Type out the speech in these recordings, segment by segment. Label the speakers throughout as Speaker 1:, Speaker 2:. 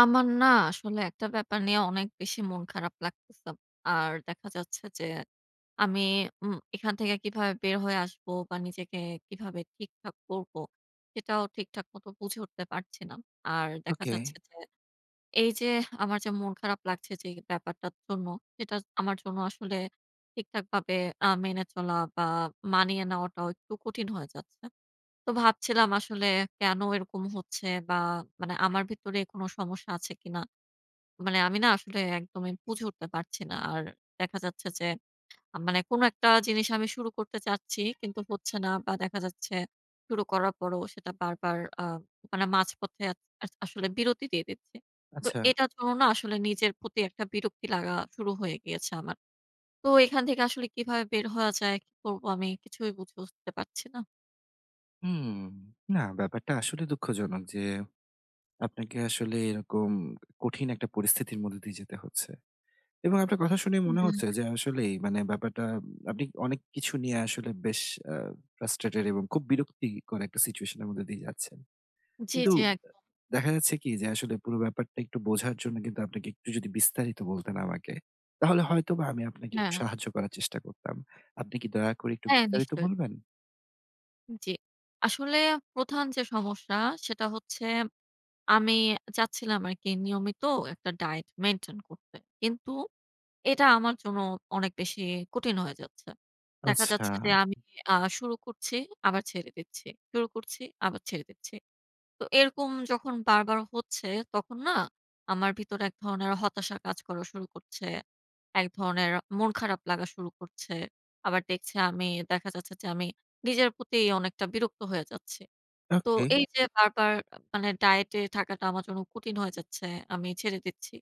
Speaker 1: আমার না আসলে একটা ব্যাপার নিয়ে অনেক বেশি মন খারাপ লাগতেছে। আর দেখা যাচ্ছে যে আমি এখান থেকে কিভাবে বের হয়ে আসব বা নিজেকে কিভাবে ঠিকঠাক করব সেটাও ঠিকঠাক মতো বুঝে উঠতে পারছি না। আর দেখা
Speaker 2: ওকে,
Speaker 1: যাচ্ছে যে এই যে আমার যে মন খারাপ লাগছে যে ব্যাপারটার জন্য সেটা আমার জন্য আসলে ঠিকঠাক ভাবে মেনে চলা বা মানিয়ে নেওয়াটাও একটু কঠিন হয়ে যাচ্ছে। তো ভাবছিলাম আসলে কেন এরকম হচ্ছে বা মানে আমার ভিতরে কোনো সমস্যা আছে কিনা? মানে আমি না আসলে একদমই বুঝে উঠতে পারছি না। আর দেখা যাচ্ছে যে মানে কোনো একটা জিনিস আমি শুরু করতে চাচ্ছি কিন্তু হচ্ছে না বা দেখা যাচ্ছে শুরু করার পরেও সেটা বারবার মানে মাঝপথে আ আস আসলে বিরতি দিয়ে দিচ্ছে। তো
Speaker 2: আচ্ছা।
Speaker 1: এটার জন্য না আসলে নিজের প্রতি একটা বিরক্তি লাগা শুরু হয়ে গিয়েছে আমার। তো এখান থেকে আসলে কিভাবে বের হওয়া যায়, কি করবো আমি কিছুই বুঝে উঠতে পারছি না।
Speaker 2: হুম, না, ব্যাপারটা আসলে দুঃখজনক যে আপনাকে আসলে এরকম কঠিন একটা পরিস্থিতির মধ্যে দিয়ে যেতে হচ্ছে। এবং আপনার কথা শুনে মনে
Speaker 1: হুম।
Speaker 2: হচ্ছে যে আসলেই মানে ব্যাপারটা আপনি অনেক কিছু নিয়ে আসলে বেশ আ ফ্রাস্ট্রেটেড এবং খুব বিরক্তিকর একটা সিচুয়েশন এর মধ্যে দিয়ে যাচ্ছেন।
Speaker 1: জি,
Speaker 2: কিন্তু
Speaker 1: জি, একদম।
Speaker 2: দেখা যাচ্ছে কি যে আসলে পুরো ব্যাপারটা একটু বোঝার জন্য কিন্তু আপনাকে একটু যদি বিস্তারিত বলতেন আমাকে, তাহলে হয়তোবা আমি আপনাকে একটু
Speaker 1: হ্যাঁ,
Speaker 2: সাহায্য করার চেষ্টা করতাম। আপনি কি দয়া করে একটু
Speaker 1: হ্যাঁ,
Speaker 2: বিস্তারিত
Speaker 1: নিশ্চয়ই।
Speaker 2: বলবেন?
Speaker 1: জি। আসলে প্রধান যে সমস্যা সেটা হচ্ছে আমি চাচ্ছিলাম আরকি নিয়মিত একটা ডায়েট মেইনটেইন করতে। কিন্তু এটা আমার জন্য অনেক বেশি কঠিন হয়ে যাচ্ছে। দেখা
Speaker 2: আচ্ছা,
Speaker 1: যাচ্ছে যে আমি আ শুরু করছি, আবার ছেড়ে দিচ্ছি। শুরু করছি, আবার ছেড়ে দিচ্ছি। তো এরকম যখন বারবার হচ্ছে তখন না আমার ভিতরে এক ধরনের হতাশা কাজ করা শুরু করছে। এক ধরনের মন খারাপ লাগা শুরু করছে। আবার দেখছে আমি দেখা যাচ্ছে যে আমি নিজের প্রতি অনেকটা বিরক্ত হয়ে যাচ্ছি। তো
Speaker 2: ওকে।
Speaker 1: এই যে বারবার মানে ডায়েটে থাকাটা আমার জন্য কঠিন হয়ে যাচ্ছে, আমি ছেড়ে দিচ্ছি।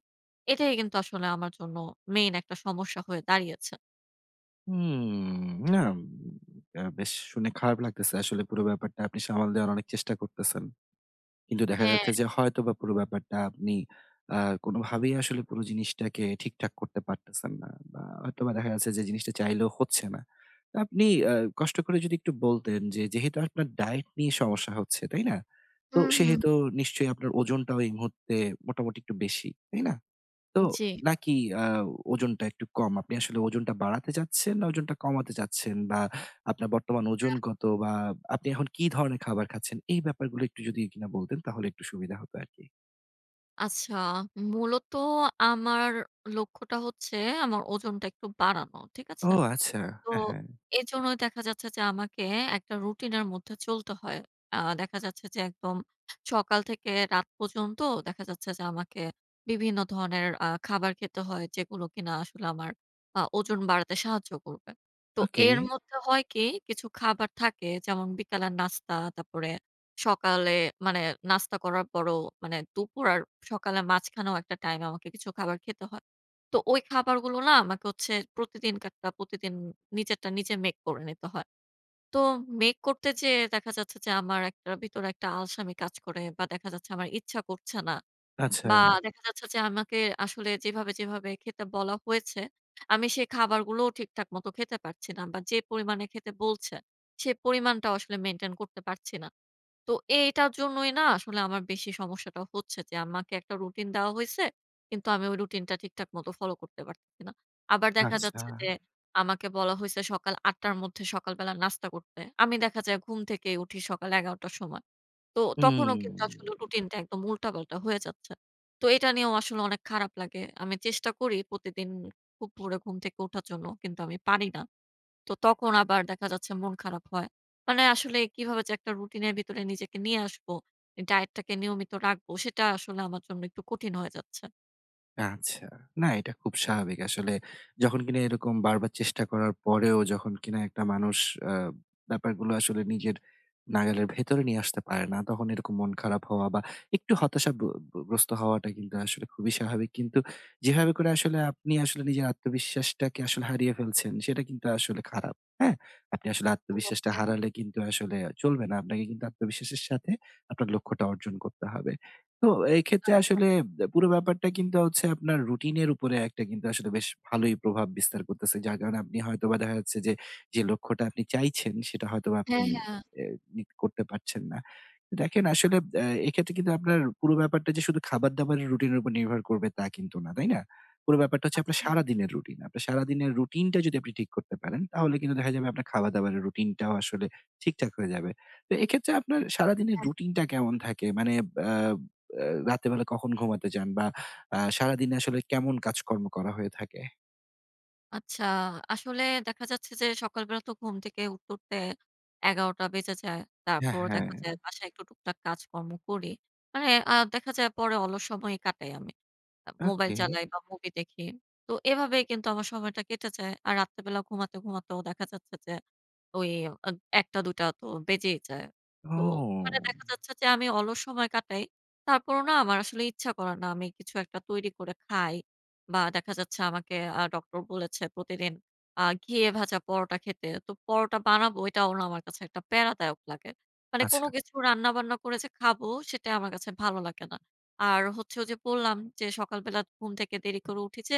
Speaker 1: এটাই কিন্তু আসলে আমার জন্য মেইন একটা সমস্যা হয়ে দাঁড়িয়েছে।
Speaker 2: হুম, না, বেশ শুনে খারাপ লাগতেছে। আসলে পুরো ব্যাপারটা আপনি সামাল দেওয়ার অনেক চেষ্টা করতেছেন। কিন্তু দেখা
Speaker 1: হ্যাঁ,
Speaker 2: যাচ্ছে যে হয়তোবা পুরো ব্যাপারটা আপনি আ কোনোভাবেই আসলে পুরো জিনিসটাকে ঠিকঠাক করতে পারতেছেন না। বা হয়তোবা দেখা যাচ্ছে যে
Speaker 1: জি।
Speaker 2: জিনিসটা চাইলেও হচ্ছে না। তো আপনি আ কষ্ট করে যদি একটু বলতেন যে যেহেতু আপনার ডায়েট নিয়ে সমস্যা হচ্ছে, তাই না? তো
Speaker 1: হুম, হুম।
Speaker 2: সেহেতু নিশ্চয়ই আপনার ওজনটাও এই মুহূর্তে মোটামুটি একটু বেশি, তাই না? তো
Speaker 1: জি।
Speaker 2: নাকি আ ওজনটা একটু কম? আপনি আসলে ওজনটা বাড়াতে চাচ্ছেন না ওজনটা কমাতে চাচ্ছেন? বা আপনার বর্তমান ওজন কত? বা আপনি এখন কি ধরনের খাবার খাচ্ছেন? এই ব্যাপারগুলো একটু যদি কিনা বলতেন তাহলে একটু সুবিধা হতো আরকি।
Speaker 1: আচ্ছা, মূলত আমার লক্ষ্যটা হচ্ছে আমার ওজনটা একটু বাড়ানো। ঠিক
Speaker 2: ও
Speaker 1: আছে?
Speaker 2: আচ্ছা।
Speaker 1: তো
Speaker 2: হ্যাঁ, হ্যাঁ।
Speaker 1: এজন্যই দেখা যাচ্ছে যে আমাকে একটা রুটিনের মধ্যে চলতে হয়। দেখা যাচ্ছে যে একদম সকাল থেকে রাত পর্যন্ত দেখা যাচ্ছে যে আমাকে বিভিন্ন ধরনের খাবার খেতে হয় যেগুলো কিনা আসলে আমার ওজন বাড়াতে সাহায্য করবে। তো
Speaker 2: ওকে।
Speaker 1: এর মধ্যে হয় কি কিছু খাবার থাকে যেমন বিকালের নাস্তা, তারপরে সকালে মানে নাস্তা করার পরও মানে দুপুর আর সকালের মাঝখানেও একটা টাইম আমাকে কিছু খাবার খেতে হয়। তো ওই খাবারগুলো না আমাকে হচ্ছে প্রতিদিনকারটা প্রতিদিন নিজেরটা নিজে মেক করে নিতে হয়। তো মেক করতে যেয়ে দেখা যাচ্ছে যে আমার একটা ভিতরে একটা আলসামি কাজ করে বা দেখা যাচ্ছে আমার ইচ্ছা করছে না।
Speaker 2: আচ্ছা,
Speaker 1: বা দেখা যাচ্ছে যে আমাকে আসলে যেভাবে, যেভাবে খেতে বলা হয়েছে, আমি সেই খাবারগুলোও ঠিকঠাক মতো খেতে পারছি না বা যে পরিমাণে খেতে বলছে, সে পরিমাণটাও আসলে মেইনটেইন করতে পারছি না। তো এইটার জন্যই না আসলে আমার বেশি সমস্যাটা হচ্ছে যে আমাকে একটা রুটিন দেওয়া হইছে। কিন্তু আমি ওই রুটিনটা ঠিকঠাক মতো ফলো করতে পারতেছি না। আবার দেখা
Speaker 2: আচ্ছা।
Speaker 1: যাচ্ছে যে আমাকে বলা হইছে সকাল ৮ঃ০০ র মধ্যে সকালবেলা নাস্তা করতে। আমি দেখা যায় ঘুম থেকে উঠি সকাল ১১ঃ০০ টার সময়। তো তখনও কিন্তু আসলে
Speaker 2: হুম।
Speaker 1: রুটিনটা একদম উল্টাপাল্টা হয়ে যাচ্ছে। তো এটা নিয়েও আসলে অনেক খারাপ লাগে। আমি চেষ্টা করি প্রতিদিন খুব ভোরে ঘুম থেকে ওঠার জন্য কিন্তু আমি পারি না। তো তখন আবার দেখা যাচ্ছে মন খারাপ হয়। মানে আসলে কিভাবে যে একটা রুটিনের ভিতরে নিজেকে নিয়ে আসবো, ডায়েটটাকে নিয়মিত রাখবো সেটা আসলে আমার জন্য একটু কঠিন হয়ে যাচ্ছে।
Speaker 2: আচ্ছা। না, এটা খুব স্বাভাবিক। আসলে যখন কিনা এরকম বারবার চেষ্টা করার পরেও যখন কিনা একটা মানুষ ব্যাপারগুলো আসলে নিজের নাগালের ভেতরে নিয়ে আসতে পারে না। তখন এরকম মন খারাপ হওয়া বা একটু হতাশা ব ব গ্রস্ত হওয়াটা কিন্তু আসলে খুবই স্বাভাবিক। কিন্তু যেভাবে করে আসলে আপনি আসলে নিজের আত্মবিশ্বাসটাকে আসলে হারিয়ে ফেলছেন, সেটা কিন্তু আসলে খারাপ। হ্যাঁ? আপনি আসলে আত্মবিশ্বাসটা
Speaker 1: ওকে,
Speaker 2: হারালে কিন্তু আসলে চলবে না। আপনাকে কিন্তু আত্মবিশ্বাসের সাথে আপনার লক্ষ্যটা অর্জন করতে হবে। তো এক্ষেত্রে
Speaker 1: আচ্ছা।
Speaker 2: আসলে পুরো ব্যাপারটা কিন্তু হচ্ছে আপনার রুটিনের উপরে একটা কিন্তু আসলে বেশ ভালোই প্রভাব বিস্তার করতেছে। যার কারণে আপনি হয়তোবা দেখা যাচ্ছে যে যে লক্ষ্যটা আপনি চাইছেন সেটা হয়তোবা আপনি
Speaker 1: হ্যাঁ, হ্যাঁ,
Speaker 2: এ নি করতে পারছেন না। দেখেন আসলে এক্ষেত্রে কিন্তু আপনার পুরো ব্যাপারটা যে শুধু খাবার-দাবারের রুটিনের উপর নির্ভর করবে তা কিন্তু না, তাই না? পুরো ব্যাপারটা হচ্ছে আপনার
Speaker 1: আচ্ছা।
Speaker 2: সারাদিনের রুটিন। আপনার সারাদিনের রুটিনটা যদি আপনি ঠিক করতে পারেন তাহলে কিন্তু দেখা যাবে আপনার খাওয়া-দাওয়ারের
Speaker 1: হুম,
Speaker 2: রুটিনটাও আসলে ঠিকঠাক হয়ে যাবে। তো এক্ষেত্রে আপনার সারাদিনের
Speaker 1: হ্যাঁ।
Speaker 2: রুটিনটা কেমন থাকে? মানে আ আ রাতের বেলা কখন ঘুমাতে যান বা সারাদিনে আসলে কেমন কাজকর্ম করা হয়ে থাকে?
Speaker 1: আচ্ছা, আসলে দেখা যাচ্ছে যে সকালবেলা তো ঘুম থেকে উঠতে, উঠতে ১১টা বেজে যায়।
Speaker 2: হ্যাঁ,
Speaker 1: তারপর
Speaker 2: হ্যাঁ।
Speaker 1: দেখা যায় বাসায় একটু টুকটাক কাজকর্ম করি। মানে দেখা যায় পরে অলস সময় কাটাই আমি। Mobile
Speaker 2: okay.
Speaker 1: চালাই বা মুভি দেখি। তো এভাবেই কিন্তু আমার সময়টা কেটে যায়। আর রাত্রে বেলা ঘুমাতে, ঘুমাতেও দেখা যাচ্ছে যে ওই আ ১টা-২টা তো বেজেই যায়। তো মানে
Speaker 2: ও!
Speaker 1: দেখা যাচ্ছে যে আমি অলস সময় কাটাই। তারপরও না আমার আসলে ইচ্ছা করে না আমি কিছু একটা তৈরি করে খাই। বা দেখা যাচ্ছে আমাকে ডক্টর বলেছে প্রতিদিন ঘিয়ে ভাজা পরোটা খেতে। তো পরোটা বানাবো এটাও না আমার কাছে একটা প্যারাদায়ক লাগে। মানে
Speaker 2: আচ্ছা।
Speaker 1: কোনো কিছু রান্না-বান্না করে যে খাবো সেটা আমার কাছে ভালো লাগে না। আর হচ্ছে ওই যে বললাম যে সকালবেলা ঘুম থেকে দেরি করে উঠি যে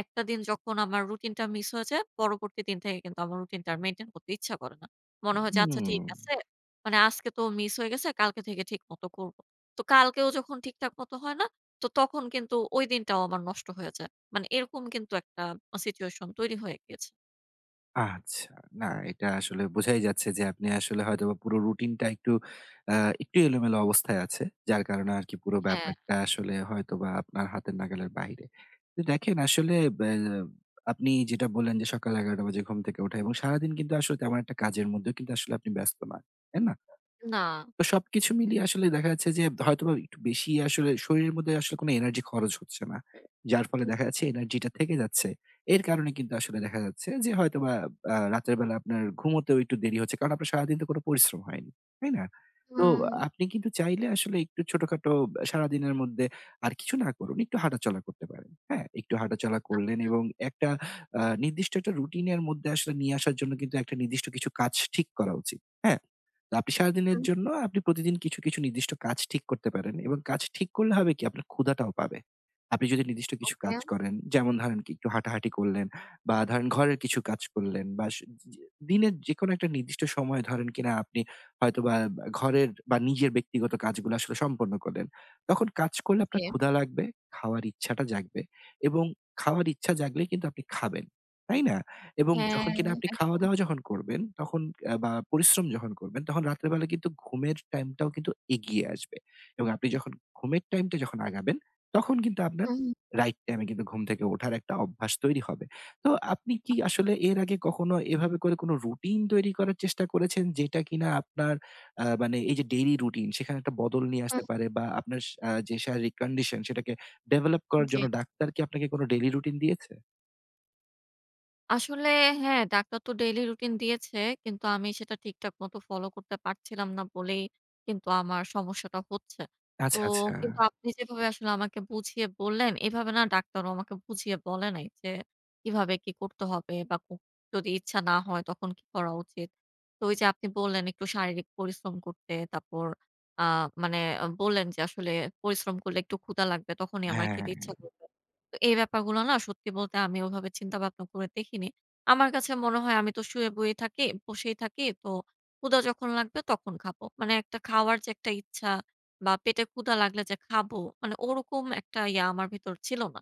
Speaker 1: একটা দিন যখন আমার রুটিনটা মিস হয়ে যায়, পরবর্তী দিন থেকে কিন্তু আমার রুটিনটা আর মেইনটেইন করতে ইচ্ছা করে না। মনে হয় যে, "আচ্ছা, ঠিক
Speaker 2: হুম,
Speaker 1: আছে। মানে আজকে তো মিস হয়ে গেছে, কালকে থেকে ঠিকমতো করব।" তো কালকেও যখন ঠিকঠাক মতো হয় না, তো তখন কিন্তু ওই দিনটাও আমার নষ্ট হয়ে যায়। মানে এরকম কিন্তু একটা সিচুয়েশন তৈরি হয়ে গিয়েছে।
Speaker 2: আচ্ছা। না, এটা আসলে বোঝাই যাচ্ছে যে আপনি আসলে হয়তোবা পুরো রুটিনটা আ একটু এলোমেলো অবস্থায় আছে। যার কারণে আরকি পুরো
Speaker 1: হ্যাঁ।
Speaker 2: ব্যাপারটা আসলে হয়তোবা আপনার হাতের নাগালের বাইরে। তো দেখেন আসলে ব্যা আপনি যেটা বললেন যে সকাল ১১:০০ বাজে ঘুম থেকে ওঠা এবং সারাদিন কিন্তু আসলে তেমন একটা কাজের মধ্যেও কিন্তু আসলে আপনি ব্যস্ত না। তাই না?
Speaker 1: না।
Speaker 2: তো সবকিছু মিলিয়ে আসলে দেখা যাচ্ছে যে হয়তোবা একটু বেশি আসলে শরীরের মধ্যে আসলে কোনো এনার্জি খরচ হচ্ছে না। যার ফলে দেখা যাচ্ছে এনার্জিটা থেকে যাচ্ছে। এর কারণে কিন্তু আসলে দেখা যাচ্ছে যে হয়তোবা রাতের বেলা আপনার ঘুমোতেও একটু দেরি হচ্ছে। কারণ আপনার সারাদিন তো কোনো পরিশ্রম হয়নি। তাই না? তো
Speaker 1: হুম,
Speaker 2: আপনি কিন্তু চাইলে আসলে একটু ছোটখাটো সারাদিনের মধ্যে আর কিছু না করুন, একটু হাঁটাচলা করতে পারেন। হ্যাঁ? একটু হাঁটাচলা করলেন এবং একটা নির্দিষ্ট একটা রুটিন এর মধ্যে আসলে নিয়ে আসার জন্য কিন্তু একটা নির্দিষ্ট কিছু কাজ ঠিক করা উচিত। হ্যাঁ? আপনি সারাদিনের
Speaker 1: হুম,
Speaker 2: জন্য আপনি প্রতিদিন কিছু, কিছু নির্দিষ্ট কাজ ঠিক করতে পারেন এবং কাজ ঠিক করলে হবে কি আপনার ক্ষুধাটাও পাবে। আপনি যদি নির্দিষ্ট কিছু
Speaker 1: ওকে।
Speaker 2: কাজ করেন, যেমন ধরেন কি একটু হাঁটাহাঁটি করলেন বা ধরেন ঘরের কিছু কাজ করলেন বা স জি দিনের যেকোনো একটা নির্দিষ্ট সময় ধরেন কিনা আপনি হয়তোবা বা ঘরের বা নিজের ব্যক্তিগত কাজগুলো আসলে সম্পন্ন করলেন। তখন কাজ করলে আপনার
Speaker 1: জি।
Speaker 2: ক্ষুধা লাগবে, খাওয়ার ইচ্ছাটা জাগবে এবং খাওয়ার ইচ্ছা জাগলে কিন্তু আপনি খাবেন। তাই না? এবং
Speaker 1: হ্যাঁ,
Speaker 2: যখন কিনা আপনি
Speaker 1: একদম।
Speaker 2: খাওয়া-দাওয়া যখন করবেন, তখন বা পরিশ্রম যখন করবেন, তখন রাতের বেলা কিন্তু ঘুমের টাইমটাও কিন্তু এগিয়ে আসবে। এবং আপনি যখন ঘুমের টাইমটা যখন আগাবেন, তখন কিন্তু আপনার
Speaker 1: হুম,
Speaker 2: রাইট টাইমে কিন্তু ঘুম থেকে ওঠার একটা অভ্যাস তৈরি হবে। তো আপনি কি
Speaker 1: আচ্ছা।
Speaker 2: আসলে এর আগে কখনো এভাবে করে কোনো রুটিন তৈরি করার চেষ্টা করেছেন, যেটা কিনা আপনার মানে এই যে ডেইলি রুটিন, সেখানে একটা বদল নিয়ে আসতে
Speaker 1: হুম,
Speaker 2: পারে বা আপনার স আ যে শারীরিক কন্ডিশন, সেটাকে ডেভেলপ করার
Speaker 1: জি।
Speaker 2: জন্য ডাক্তার কি আপনাকে কোনো ডেইলি রুটিন দিয়েছে?
Speaker 1: আসলে হ্যাঁ, ডাক্তার তো ডেইলি রুটিন দিয়েছে। কিন্তু আমি সেটা ঠিকঠাক মতো ফলো করতে পারছিলাম না বলেই কিন্তু আমার সমস্যাটা হচ্ছে। তো
Speaker 2: আচ্ছা, আচ্ছা।
Speaker 1: কিন্তু আপনি যেভাবে আসলে আমাকে বুঝিয়ে বললেন, এভাবে না ডাক্তারও আমাকে বুঝিয়ে বলে নাই যে কিভাবে কি করতে হবে বা যদি ইচ্ছা না হয় তখন কি করা উচিত। তো ওই যে আপনি বললেন একটু শারীরিক পরিশ্রম করতে, তারপর আ মানে বললেন যে আসলে পরিশ্রম করলে একটু ক্ষুধা লাগবে তখনই আমার
Speaker 2: হ্যাঁ।
Speaker 1: খেতে ইচ্ছা করবে। তো এই ব্যাপারগুলো না সত্যি বলতে আমি ওভাবে চিন্তা ভাবনা করে দেখিনি। আমার কাছে মনে হয় আমি তো শুয়ে বয়ে থাকি বসেই থাকি। তো ক্ষুধা যখন লাগবে তখন খাবো। মানে একটা খাওয়ার যে একটা ইচ্ছা বা পেটে ক্ষুধা লাগলে যে খাবো, মানে ওরকম একটা ইয়া আমার ভেতর ছিল না।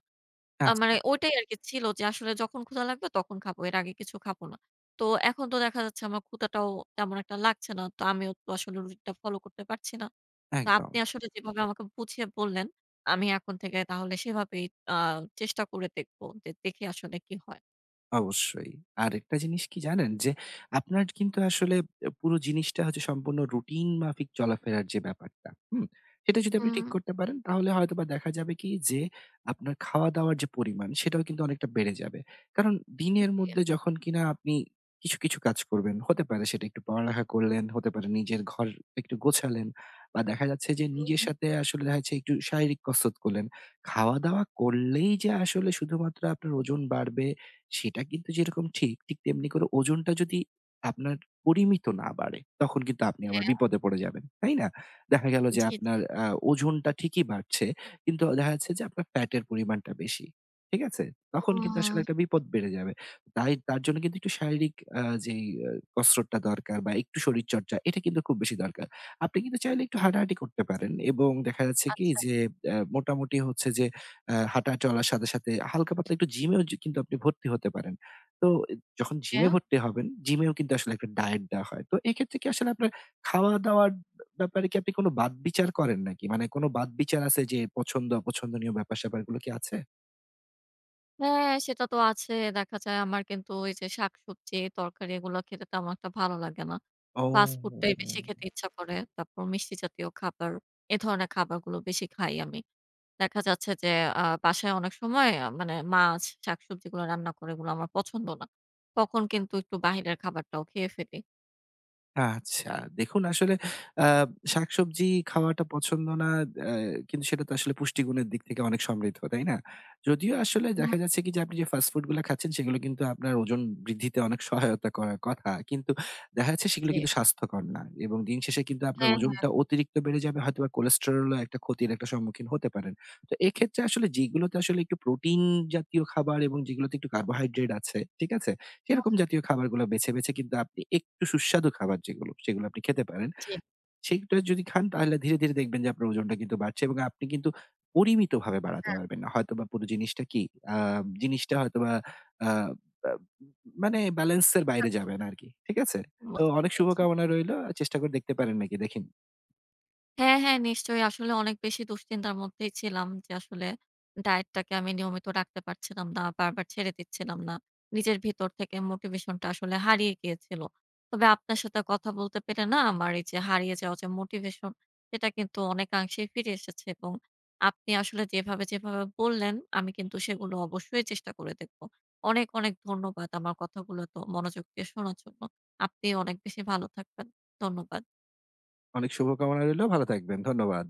Speaker 1: মানে
Speaker 2: আচ্ছা,
Speaker 1: ওইটাই আরকি ছিল যে আসলে যখন ক্ষুধা লাগবে তখন খাবো। এর আগে কিছু খাবো না। তো এখন তো দেখা যাচ্ছে আমার ক্ষুধাটাও তেমন একটা লাগছে না। তো আমিও তো আসলে রুটিনটা ফলো করতে পারছি না। তো
Speaker 2: একদম।
Speaker 1: আপনি আসলে যেভাবে আমাকে বুঝিয়ে বললেন, আমি এখন থেকে তাহলে সেভাবেই আ চেষ্টা করে দেখব। যে দেখি আসলে কি হয়।
Speaker 2: অবশ্যই। আরেকটা জিনিস কি জানেন? যে আপনার কিন্তু আসলে পুরো জিনিসটা হচ্ছে সম্পূর্ণ রুটিন মাফিক চলাফেরার যে ব্যাপারটা, হুম? সেটা যদি আপনি ঠিক
Speaker 1: হুম,
Speaker 2: করতে পারেন তাহলে হয়তোবা দেখা যাবে কি যে আপনার খাওয়া-দাওয়ার যে পরিমাণ সেটাও কিন্তু অনেকটা বেড়ে যাবে। কারণ দিনের
Speaker 1: এহ
Speaker 2: মধ্যে যখন কিনা আপনি কিছু, কিছু কাজ করবেন, হতে পারে সেটা একটু পড়ালেখা করলেন, হতে পারে নিজের ঘর একটু গোছালেন বা দেখা যাচ্ছে যে
Speaker 1: হুম,
Speaker 2: নিজের
Speaker 1: হুম।
Speaker 2: সাথে আসলে দেখা যাচ্ছে একটু শারীরিক কসরত করলেন। খাওয়া-দাওয়া করলেই যে আসলে শুধুমাত্র আপনার ওজন বাড়বে সেটা কিন্তু যেরকম ঠিক, ঠিক তেমনি করে ওজনটা যদি আপনার পরিমিত না বাড়ে, তখন কিন্তু আপনি আবার বিপদে পড়ে যাবেন। তাই না? দেখা গেল যে
Speaker 1: জি, জি।
Speaker 2: আপনার ওজনটা ঠিকই বাড়ছে, কিন্তু দেখা যাচ্ছে যে আপনার ফ্যাটের পরিমাণটা বেশি। ঠিক আছে? তখন কিন্তু আসলে
Speaker 1: হুম।
Speaker 2: একটা বিপদ বেড়ে যাবে। তাই তার জন্য কিন্তু একটু শারীরিক আ যেই আ কসরতটা দরকার বা একটু শরীরচর্চা এটা কিন্তু খুব বেশি দরকার। আপনি কিন্তু চাইলে একটু হাঁটাহাঁটি করতে পারেন এবং দেখা যাচ্ছে কি
Speaker 1: আচ্ছা,
Speaker 2: যে মোটামুটি হচ্ছে যে হাঁটা চলার সাথে, সাথে হালকা পাতলা একটু জিমেও যে কিন্তু আপনি ভর্তি হতে পারেন। তো এ যখন
Speaker 1: ওকে।
Speaker 2: জিমে ভর্তি হবেন, জিমেও কিন্তু আসলে একটা ডায়েট দেওয়া হয়। তো এক্ষেত্রে কি আসলে আপনার খাওয়া-দাওয়ার ব্যাপারে কি আপনি কোনো বাদ-বিচার করেন নাকি? মানে কোনো বাদ-বিচার আছে যে পছন্দ, অপছন্দনীয় ব্যাপার-স্যাপারগুলো কি আছে?
Speaker 1: হ্যাঁ, সেটা তো আছে। দেখা যায় আমার কিন্তু ওই যে শাকসবজি, তরকারি এগুলো খেতে তেমন একটা ভালো লাগে না।
Speaker 2: ও!
Speaker 1: ফাস্ট ফুডটাই বেশি খেতে ইচ্ছা করে। তারপর মিষ্টি জাতীয় খাবার, এ ধরনের খাবারগুলো বেশি খাই আমি। দেখা যাচ্ছে যে বাসায় অনেক সময় মানে মাছ, শাকসবজিগুলো রান্না করে এগুলো আমার পছন্দ না। তখন কিন্তু একটু বাহিরের খাবারটাও খেয়ে ফেলি।
Speaker 2: আচ্ছা। দেখুন আসলে আ শাকসবজি খাওয়াটা পছন্দ না, আ কিন্তু সেটা তো আসলে পুষ্টিগুণের দিক থেকে অনেক সমৃদ্ধ, তাই না? যদিও আসলে
Speaker 1: হুম।
Speaker 2: দেখা যাচ্ছে কি যে আপনি যে ফাস্ট ফুড গুলা খাচ্ছেন সেগুলো কিন্তু আপনার ওজন বৃদ্ধিতে অনেক সহায়তা করার কথা। কিন্তু দেখা যাচ্ছে সেগুলো
Speaker 1: জি।
Speaker 2: কিন্তু স্বাস্থ্যকর না। এবং দিন শেষে কিন্তু আপনার
Speaker 1: হ্যাঁ,
Speaker 2: ওজনটা অতিরিক্ত বেড়ে যাবে হয়তোবা কোলেস্টেরল একটা ক্ষতির একটা সম্মুখীন হতে পারেন। তো এক্ষেত্রে আসলে যেগুলোতে আসলে একটু প্রোটিন জাতীয় খাবার এবং যেগুলোতে একটু কার্বোহাইড্রেট আছে, ঠিক আছে?
Speaker 1: হ্যাঁ।
Speaker 2: সেরকম জাতীয় খাবারগুলো বেছে, বেছে কিন্তু আপনি একটু সুস্বাদু খাবার যেগুলো, সেগুলো আপনি খেতে পারেন।
Speaker 1: জি,
Speaker 2: সেগুলো যদি খান তাহলে ধীরে, ধীরে দেখবেন যে আপনার ওজনটা কিন্তু বাড়ছে এবং আপনি কিন্তু পরিমিতভাবে বাড়াতে
Speaker 1: হ্যাঁ।
Speaker 2: পারবেন না। হয়তোবা পুরো জিনিসটা কি, আ জিনিসটা হয়তোবা আ বা মানে ব্যালেন্স এর বাইরে
Speaker 1: ঠিকঠাক
Speaker 2: যাবে না
Speaker 1: বলছেন।
Speaker 2: আরকি। ঠিক আছে? তো
Speaker 1: বুঝতে
Speaker 2: অনেক
Speaker 1: পেরেছি।
Speaker 2: শুভকামনা রইলো। চেষ্টা করে দেখতে পারেন নাকি দেখেন।
Speaker 1: হ্যাঁ, হ্যাঁ, নিশ্চয়ই। আসলে অনেক বেশি দুশ্চিন্তার মধ্যেই ছিলাম যে আসলে ডায়েটটাকে আমি নিয়মিত রাখতে পারছিলাম না। বারবার ছেড়ে দিচ্ছিলাম না। নিজের ভিতর থেকে মোটিভেশনটা আসলে হারিয়ে গিয়েছিল। তবে আপনার সাথে কথা বলতে পেরে না আমার এই যে হারিয়ে যাওয়া যে মোটিভেশন সেটা কিন্তু অনেকাংশেই ফিরে এসেছে এবং আপনি আসলে যেভাবে, যেভাবে বললেন আমি কিন্তু সেগুলো অবশ্যই চেষ্টা করে দেখব। অনেক, অনেক ধন্যবাদ আমার কথাগুলো এত মনোযোগ দিয়ে শোনার জন্য। আপনি অনেক বেশি ভালো থাকবেন। ধন্যবাদ।
Speaker 2: অনেক শুভকামনা রইলো। ভালো থাকবেন। ধন্যবাদ।